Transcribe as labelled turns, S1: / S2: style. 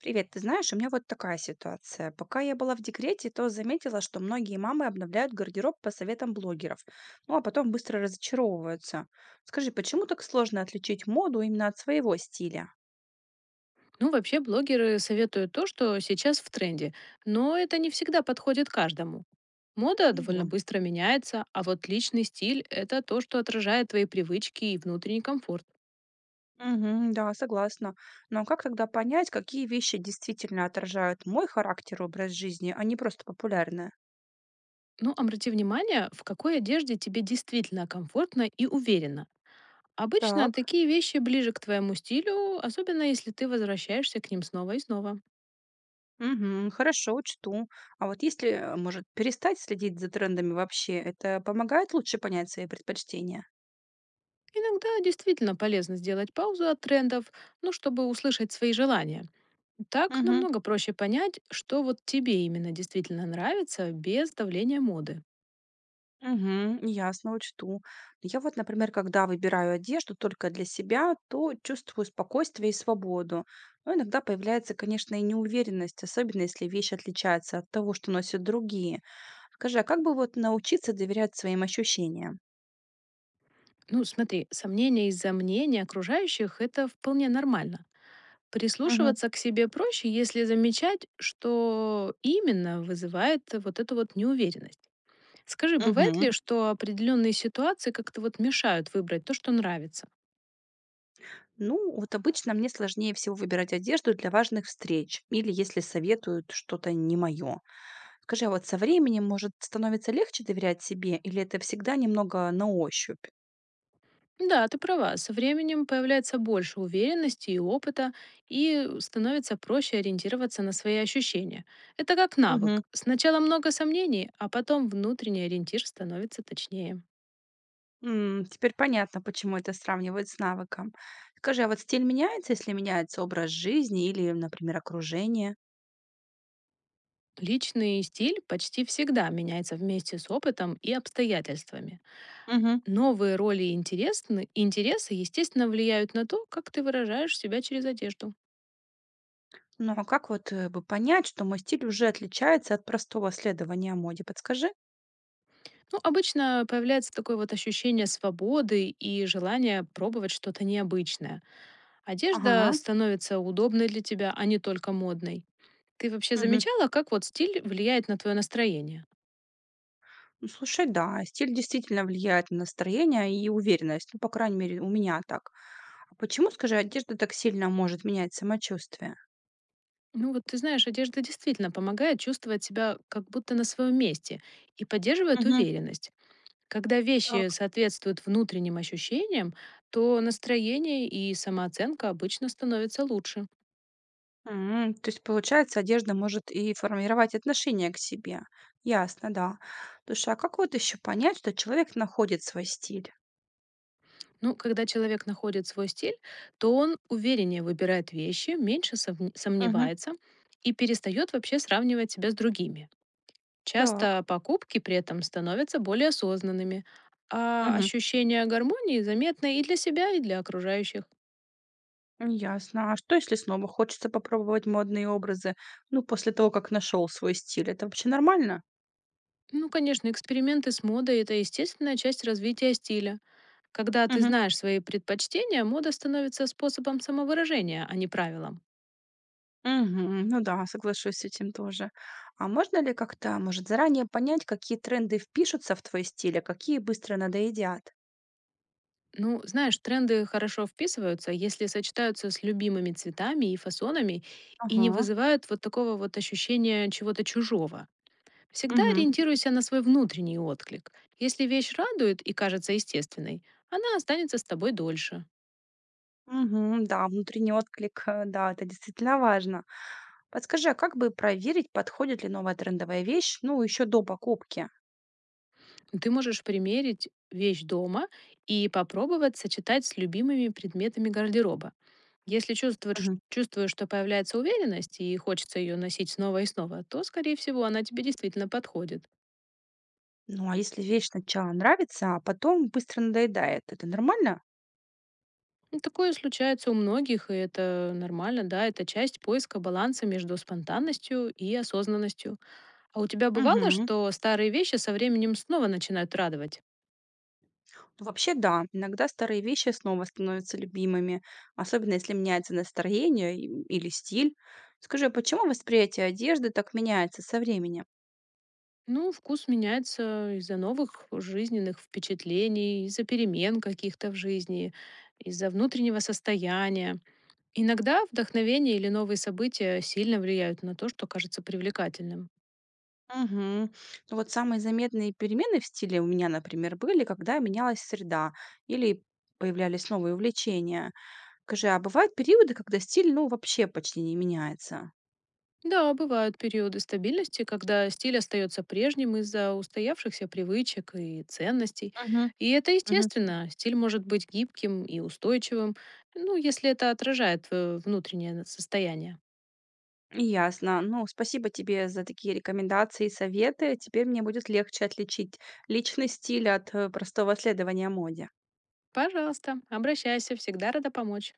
S1: Привет, ты знаешь, у меня вот такая ситуация. Пока я была в декрете, то заметила, что многие мамы обновляют гардероб по советам блогеров, ну а потом быстро разочаровываются. Скажи, почему так сложно отличить моду именно от своего стиля?
S2: Ну, вообще, блогеры советуют то, что сейчас в тренде, но это не всегда подходит каждому. Мода
S1: Ну
S2: довольно
S1: да.
S2: быстро меняется, а вот личный стиль– это то, что отражает твои привычки и внутренний комфорт.
S1: Мгм, да, согласна. Но как тогда понять, какие вещи действительно отражают мой характер и образ жизни, а не просто популярные?
S2: Ну, обрати внимание, в какой одежде тебе действительно комфортно и уверенно. Обычно
S1: Так.
S2: такие вещи ближе к твоему стилю, особенно если ты возвращаешься к ним снова и снова.
S1: Угу, хорошо, учту. А вот если, может, перестать следить за трендами вообще, это помогает лучше понять свои предпочтения?
S2: Иногда действительно полезно сделать паузу от трендов, ну, чтобы услышать свои желания. Так
S1: Мгм.
S2: намного проще понять, что вот тебе именно действительно нравится без давления моды.
S1: Мгм. Ясно, учту. Я вот, например, когда выбираю одежду только для себя, то чувствую спокойствие и свободу. Но иногда появляется, конечно, и неуверенность, особенно если вещь отличается от того, что носят другие. Скажи, а как бы вот научиться доверять своим ощущениям?
S2: Ну, смотри, сомнения из-за мнения окружающих– это вполне нормально.
S1: Мгм.
S2: Прислушиваться к себе проще, если замечать, что именно вызывает вот эту вот неуверенность. Скажи, бывает
S1: Мгм.
S2: ли, что определенные ситуации как-то вот мешают выбрать то, что нравится?
S1: Ну, вот обычно мне сложнее всего выбирать одежду для важных встреч или если советуют что-то не мое. Скажи, а вот со временем, может, становится легче доверять себе или это всегда немного на ощупь?
S2: Да, ты права. Со временем появляется больше уверенности и опыта, и становится проще ориентироваться на свои ощущения. Это как навык. Сначала много сомнений, а потом внутренний ориентир становится точнее.
S1: М, теперь понятно, почему это сравнивают с навыком. Скажи, а вот стиль меняется, если меняется образ жизни или, например, окружение?
S2: Личный стиль почти всегда меняется вместе с опытом и обстоятельствами.
S1: Мгм.
S2: Новые роли и интересы, естественно, влияют на то, как ты выражаешь себя через одежду.
S1: Ну а как вот бы понять, что мой стиль уже отличается от простого следования моде? Подскажи.
S2: Ну, обычно появляется такое вот ощущение свободы и желание пробовать что-то необычное. Одежда
S1: Ага.
S2: становится удобной для тебя, а не только модной. Ты вообще
S1: Мгм.
S2: замечала, как вот стиль влияет на твое настроение?
S1: Ну, слушай, да, стиль действительно влияет на настроение и уверенность. Ну, по крайней мере, у меня так. А почему, скажи, одежда так сильно может менять самочувствие?
S2: Ну вот ты знаешь, одежда действительно помогает чувствовать себя как будто на своем месте и поддерживает
S1: Мгм.
S2: уверенность. Когда вещи
S1: Так.
S2: соответствуют внутренним ощущениям, то настроение и самооценка обычно становятся лучше.
S1: М, то есть, получается, одежда может и формировать отношение к себе. Ясно, да. Слушай, а как вот еще понять, что человек находит свой стиль?
S2: Ну, когда человек находит свой стиль, то он увереннее выбирает вещи, меньше
S1: Мгм.
S2: сомневается и перестает вообще сравнивать себя с другими.
S1: Так.
S2: Часто покупки при этом становятся более осознанными, а
S1: Мгм.
S2: ощущение гармонии заметно и для себя, и для окружающих.
S1: Ясно. А что, если снова хочется попробовать модные образы, ну, после того, как нашел свой стиль? Это вообще нормально?
S2: Ну, конечно, эксперименты с модой– это естественная часть развития стиля. Когда ты
S1: Мгм.
S2: знаешь свои предпочтения, мода становится способом самовыражения, а не правилом.
S1: Мгм. Ну да, соглашусь с этим тоже. А можно ли как-то, может, заранее понять, какие тренды впишутся в твой стиль, а какие быстро надоедят?
S2: Ну, знаешь, тренды хорошо вписываются, если сочетаются с любимыми цветами и фасонами и не
S1: Ага.
S2: вызывают вот такого вот ощущения чего-то чужого. Всегда
S1: Мгм.
S2: ориентируйся на свой внутренний отклик. Если вещь радует и кажется естественной, она останется с тобой дольше.
S1: Мгм. Да, внутренний отклик, да, это действительно важно. Подскажи, а как бы проверить, подходит ли новая трендовая вещь, ну, еще до покупки?
S2: Ты можешь примерить вещь дома и попробовать сочетать с любимыми предметами гардероба. Если чувствуешь,
S1: Мгм.
S2: чувствуешь, что появляется уверенность и хочется ее носить снова и снова, то, скорее всего, она тебе действительно подходит.
S1: Ну, а если вещь сначала нравится, а потом быстро надоедает, это нормально?
S2: Ну, такое случается у многих, и это нормально, да, это часть поиска баланса между спонтанностью и осознанностью. А у тебя бывало,
S1: Мгм.
S2: что старые вещи со временем снова начинают радовать?
S1: Вообще, да, иногда старые вещи снова становятся любимыми, особенно если меняется настроение или стиль. Скажи, а почему восприятие одежды так меняется со временем?
S2: Ну, вкус меняется из-за новых жизненных впечатлений, из-за перемен каких-то в жизни, из-за внутреннего состояния. Иногда вдохновение или новые события сильно влияют на то, что кажется привлекательным.
S1: Мгм. Ну вот самые заметные перемены в стиле у меня, например, были, когда менялась среда или появлялись новые увлечения. Скажи, а бывают периоды, когда стиль, ну, вообще почти не меняется?
S2: Да, бывают периоды стабильности, когда стиль остается прежним из-за устоявшихся привычек и ценностей.
S1: Мгм.
S2: И это
S1: Мгм.
S2: естественно. Стиль может быть гибким и устойчивым, ну, если это отражает твое внутреннее состояние.
S1: Ясно. Ну, спасибо тебе за такие рекомендации и советы. Теперь мне будет легче отличить личный стиль от простого следования моде.
S2: Пожалуйста, обращайся, всегда рада помочь.